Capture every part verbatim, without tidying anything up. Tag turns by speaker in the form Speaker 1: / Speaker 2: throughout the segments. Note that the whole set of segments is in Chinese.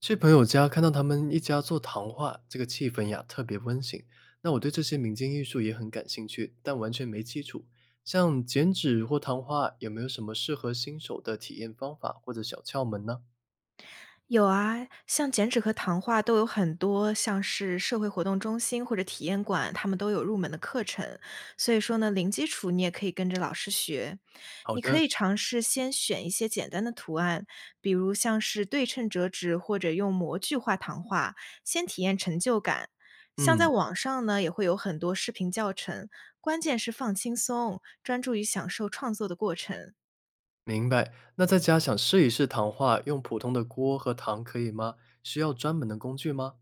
Speaker 1: 去朋友家看到他们一家做糖画，这个气氛呀特别温馨。那我对这些民间艺术也很感兴趣，但完全没基础。像剪纸或糖画，有没有什么适合新手的体验方法或者小窍门呢？
Speaker 2: 有啊，像剪纸和糖画都有很多，像是社会活动中心或者体验馆，他们都有入门的课程。所以说呢，零基础你也可以跟着老师学。
Speaker 1: 好
Speaker 2: 你可
Speaker 1: 的，
Speaker 2: 以尝试先选一些简单的图案，比如像是对称折纸或者用模具画糖画，先体验成就感。像在
Speaker 1: 嗯，
Speaker 2: 网上呢，也会有很多视频教程，关键是放轻松，专注于享受创作的过程。
Speaker 1: 明白。那在家想试一试糖画，用普通的锅和糖可以吗？需要专门的工具吗？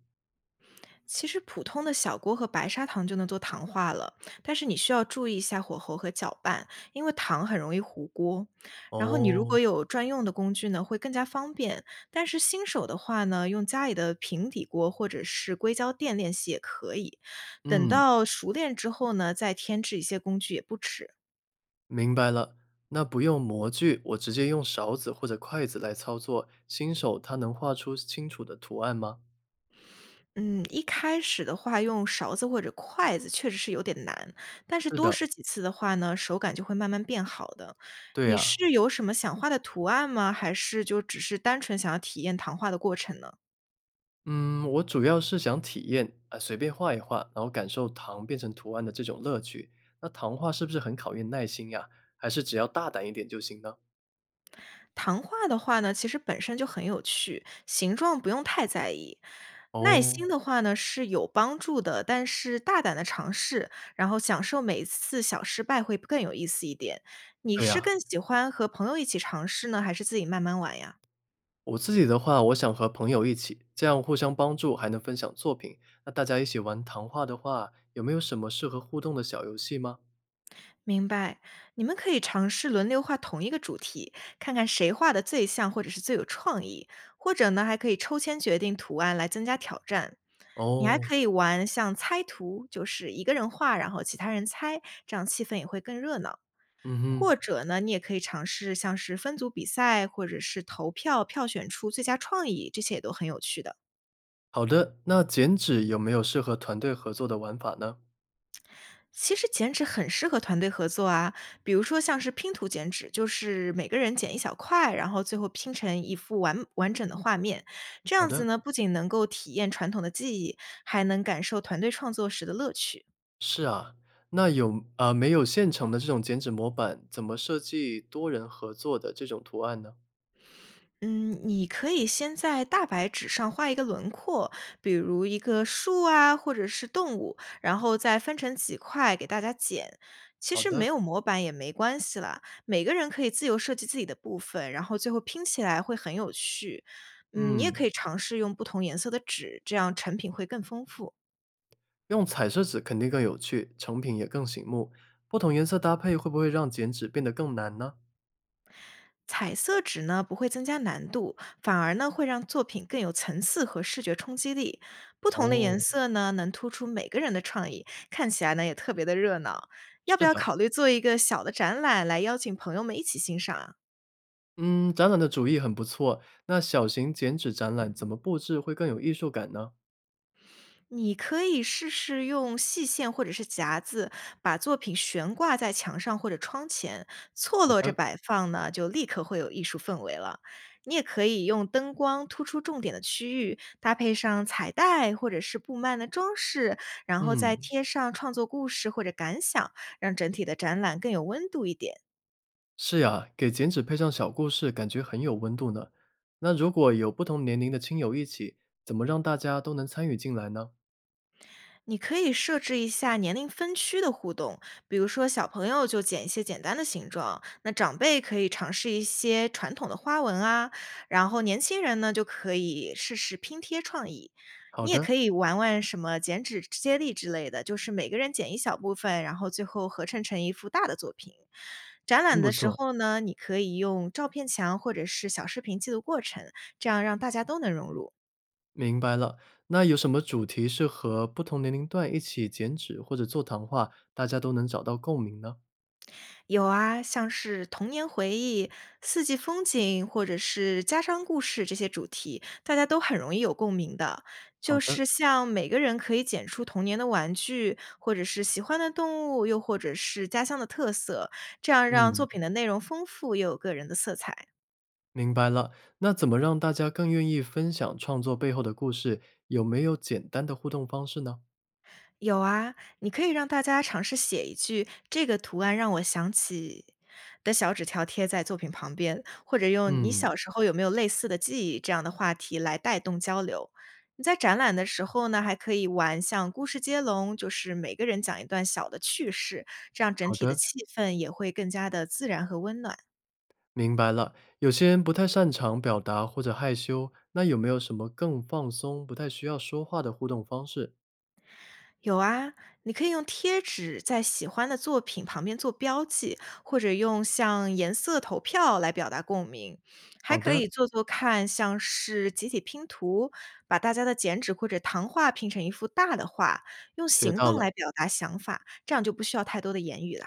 Speaker 2: 其实普通的小锅和白砂糖就能做糖化了，但是你需要注意一下火候和搅拌，因为糖很容易糊锅。然后你如
Speaker 1: 哦，
Speaker 2: 果有专用的工具呢，会更加方便。但是新手的话呢，用家里的平底锅或者是硅胶垫练习也可以。等
Speaker 1: 嗯，
Speaker 2: 到熟练之后呢，再添置一些工具也不迟。
Speaker 1: 明白了。那不用模具，我直接用勺子或者筷子来操作，新手他能画出清楚的图案吗？
Speaker 2: 嗯，一开始的话用勺子或者筷子确实是有点难，但是
Speaker 1: 是
Speaker 2: 多
Speaker 1: 的，
Speaker 2: 试几次的话呢，手感就会慢慢变好的。
Speaker 1: 对
Speaker 2: 你
Speaker 1: 呀，
Speaker 2: 是有什么想画的图案吗？还是就只是单纯想要体验糖画的过程呢？
Speaker 1: 嗯，我主要是想体验，啊，随便画一画，然后感受糖变成图案的这种乐趣。那糖画是不是很考验耐心呀？还是只要大胆一点就行呢？
Speaker 2: 糖画的话呢，其实本身就很有趣，形状不用太在意。耐
Speaker 1: 哦，
Speaker 2: 心的话呢是有帮助的，但是大胆的尝试，然后享受每一次小失败会更有意思一点。你
Speaker 1: 对
Speaker 2: 是
Speaker 1: 呀，
Speaker 2: 更喜欢和朋友一起尝试呢，还是自己慢慢玩呀？
Speaker 1: 我自己的话，我想和朋友一起，这样互相帮助，还能分享作品。那大家一起玩糖画的话，有没有什么适合互动的小游戏吗？
Speaker 2: 明白，你们可以尝试轮流画同一个主题，看看谁画的最像或者是最有创意，或者呢还可以抽签决定图案来增加挑战。你还
Speaker 1: 哦，
Speaker 2: 可以玩像猜图，就是一个人画，然后其他人猜，这样气氛也会更热闹。
Speaker 1: 嗯哼，
Speaker 2: 或者呢，你也可以尝试像是分组比赛，或者是投票票选出最佳创意，这些也都很有趣的。
Speaker 1: 好的，那剪纸有没有适合团队合作的玩法呢？
Speaker 2: 其实剪纸很适合团队合作啊，比如说像是拼图剪纸，就是每个人剪一小块，然后最后拼成一幅完完整的画面。这
Speaker 1: 好
Speaker 2: 样子
Speaker 1: 的。
Speaker 2: 呢，不仅能够体验传统的技艺，还能感受团队创作时的乐趣。
Speaker 1: 是啊，那有啊没有现成的这种剪纸模板，怎么设计多人合作的这种图案呢？
Speaker 2: 嗯，你可以先在大白纸上画一个轮廓，比如一个树啊，或者是动物，然后再分成几块给大家剪。其
Speaker 1: 好
Speaker 2: 实没
Speaker 1: 的，
Speaker 2: 有模板也没关系啦，每个人可以自由设计自己的部分，然后最后拼起来会很有趣。嗯，你也可
Speaker 1: 嗯，
Speaker 2: 以尝试用不同颜色的纸，这样成品会更丰富。
Speaker 1: 用彩色纸肯定更有趣，成品也更醒目。不同颜色搭配会不会让剪纸变得更难呢？
Speaker 2: 彩色纸呢不会增加难度，反而呢会让作品更有层次和视觉冲击力。不同的颜
Speaker 1: 哦，
Speaker 2: 色呢能突出每个人的创意，看起来呢也特别的热闹。要不
Speaker 1: 是
Speaker 2: 要
Speaker 1: 的，
Speaker 2: 考虑做一个小的展览来邀请朋友们一起欣赏啊？
Speaker 1: 嗯，展览的主意很不错。那小型剪纸展览怎么布置会更有艺术感呢？
Speaker 2: 你可以试试用细线或者是夹子把作品悬挂在墙上或者窗前，错
Speaker 1: 好
Speaker 2: 落着
Speaker 1: 的，
Speaker 2: 摆放呢，就立刻会有艺术氛围了。你也可以用灯光突出重点的区域，搭配上彩带或者是布幔的装饰，然后再
Speaker 1: 嗯。
Speaker 2: 贴上创作故事或者感想，让整体的展览更有温度一点。
Speaker 1: 是呀，给剪纸配上小故事，感觉很有温度呢。那如果有不同年龄的亲友一起，怎么让大家都能参与进来呢？
Speaker 2: 你可以设置一下年龄分区的互动，比如说小朋友就剪一些简单的形状，那长辈可以尝试一些传统的花纹啊，然后年轻人呢就可以试试拼贴创意。
Speaker 1: 好
Speaker 2: 你
Speaker 1: 的，
Speaker 2: 也可以玩玩什么剪纸接力之类的，就是每个人剪一小部分，然后最后合成成一幅大的作品。展
Speaker 1: 真
Speaker 2: 览
Speaker 1: 不
Speaker 2: 的时
Speaker 1: 错，
Speaker 2: 候呢，你可以用照片墙或者是小视频记录过程，这样让大家都能融入。
Speaker 1: 明白了。那有什么主题是和不同年龄段一起剪纸或者做糖画，大家都能找到共鸣呢？
Speaker 2: 有啊，像是童年回忆、四季风景，或者是家乡故事这些主题，大家都很容易有共鸣的。
Speaker 1: 好
Speaker 2: 就
Speaker 1: 的，
Speaker 2: 是像每个人可以捡出童年的玩具，或者是喜欢的动物，又或者是家乡的特色，这样让
Speaker 1: 嗯，
Speaker 2: 作品的内容丰富又有个人的色彩。
Speaker 1: 明白了。那怎么让大家更愿意分享创作背后的故事？有没有简单的互动方式呢？
Speaker 2: 有啊，你可以让大家尝试写一句"这个图案让我想起"的小纸条贴在作品旁边，或者用"你
Speaker 1: 嗯，
Speaker 2: 小时候有没有类似的记忆"这样的话题来带动交流。你在展览的时候呢，还可以玩像故事接龙，就是每个人讲一段小的趣事，这样整
Speaker 1: 好
Speaker 2: 体的
Speaker 1: 的。
Speaker 2: 气氛也会更加的自然和温暖。
Speaker 1: 明白了，有些人不太擅长表达或者害羞，那有没有什么更放松、不太需要说话的互动方式？
Speaker 2: 有啊，你可以用贴纸在喜欢的作品旁边做标记，或者用像颜色投票来表达共鸣，还
Speaker 1: 好
Speaker 2: 可
Speaker 1: 的，
Speaker 2: 以做做看，像是集体拼图，把大家的剪纸或者糖画拼成一幅大的画，用
Speaker 1: 学
Speaker 2: 行
Speaker 1: 到
Speaker 2: 动
Speaker 1: 了。
Speaker 2: 来表达想法，这样就不需要太多的言语了。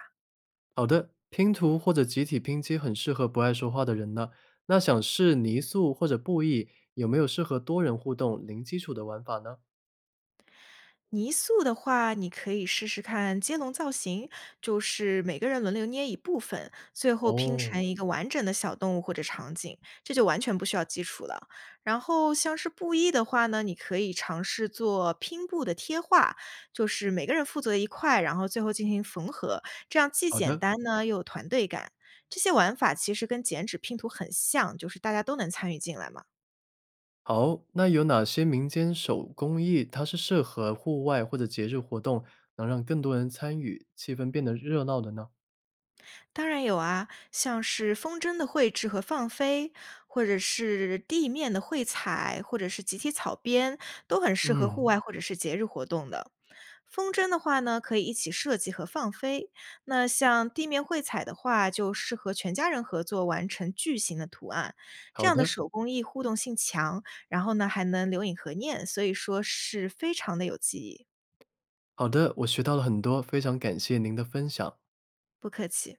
Speaker 1: 好的，拼图或者集体拼接很适合不爱说话的人呢。那想试泥塑或者布艺，有没有适合多人互动、零基础的玩法呢？
Speaker 2: 泥塑的话，你可以试试看接龙造型，就是每个人轮流捏一部分，最后拼
Speaker 1: 哦，
Speaker 2: 成一个完整的小动物或者场景，这就完全不需要基础了。然后像是布艺的话呢，你可以尝试做拼布的贴画，就是每个人负责一块，然后最后进行缝合，这样既
Speaker 1: 好
Speaker 2: 简
Speaker 1: 的，
Speaker 2: 单呢又有团队感。这些玩法其实跟剪纸拼图很像，就是大家都能参与进来嘛。
Speaker 1: 好。那有哪些民间手工艺它是适合户外或者节日活动，能让更多人参与，气氛变得热闹的呢？
Speaker 2: 当然有啊，像是风筝的绘制和放飞，或者是地面的绘彩，或者是集体草编，都很适合户
Speaker 1: 嗯，
Speaker 2: 外或者是节日活动的。风筝的话呢，可以一起设计和放飞；那像地面绘彩的话，就适合全家人合作完成巨型的图案。这
Speaker 1: 好
Speaker 2: 样的
Speaker 1: 的。
Speaker 2: 手工艺互动性强，然后呢还能留影合念，所以说是非常的有记忆。
Speaker 1: 好的，我学到了很多，非常感谢您的分享。
Speaker 2: 不客气。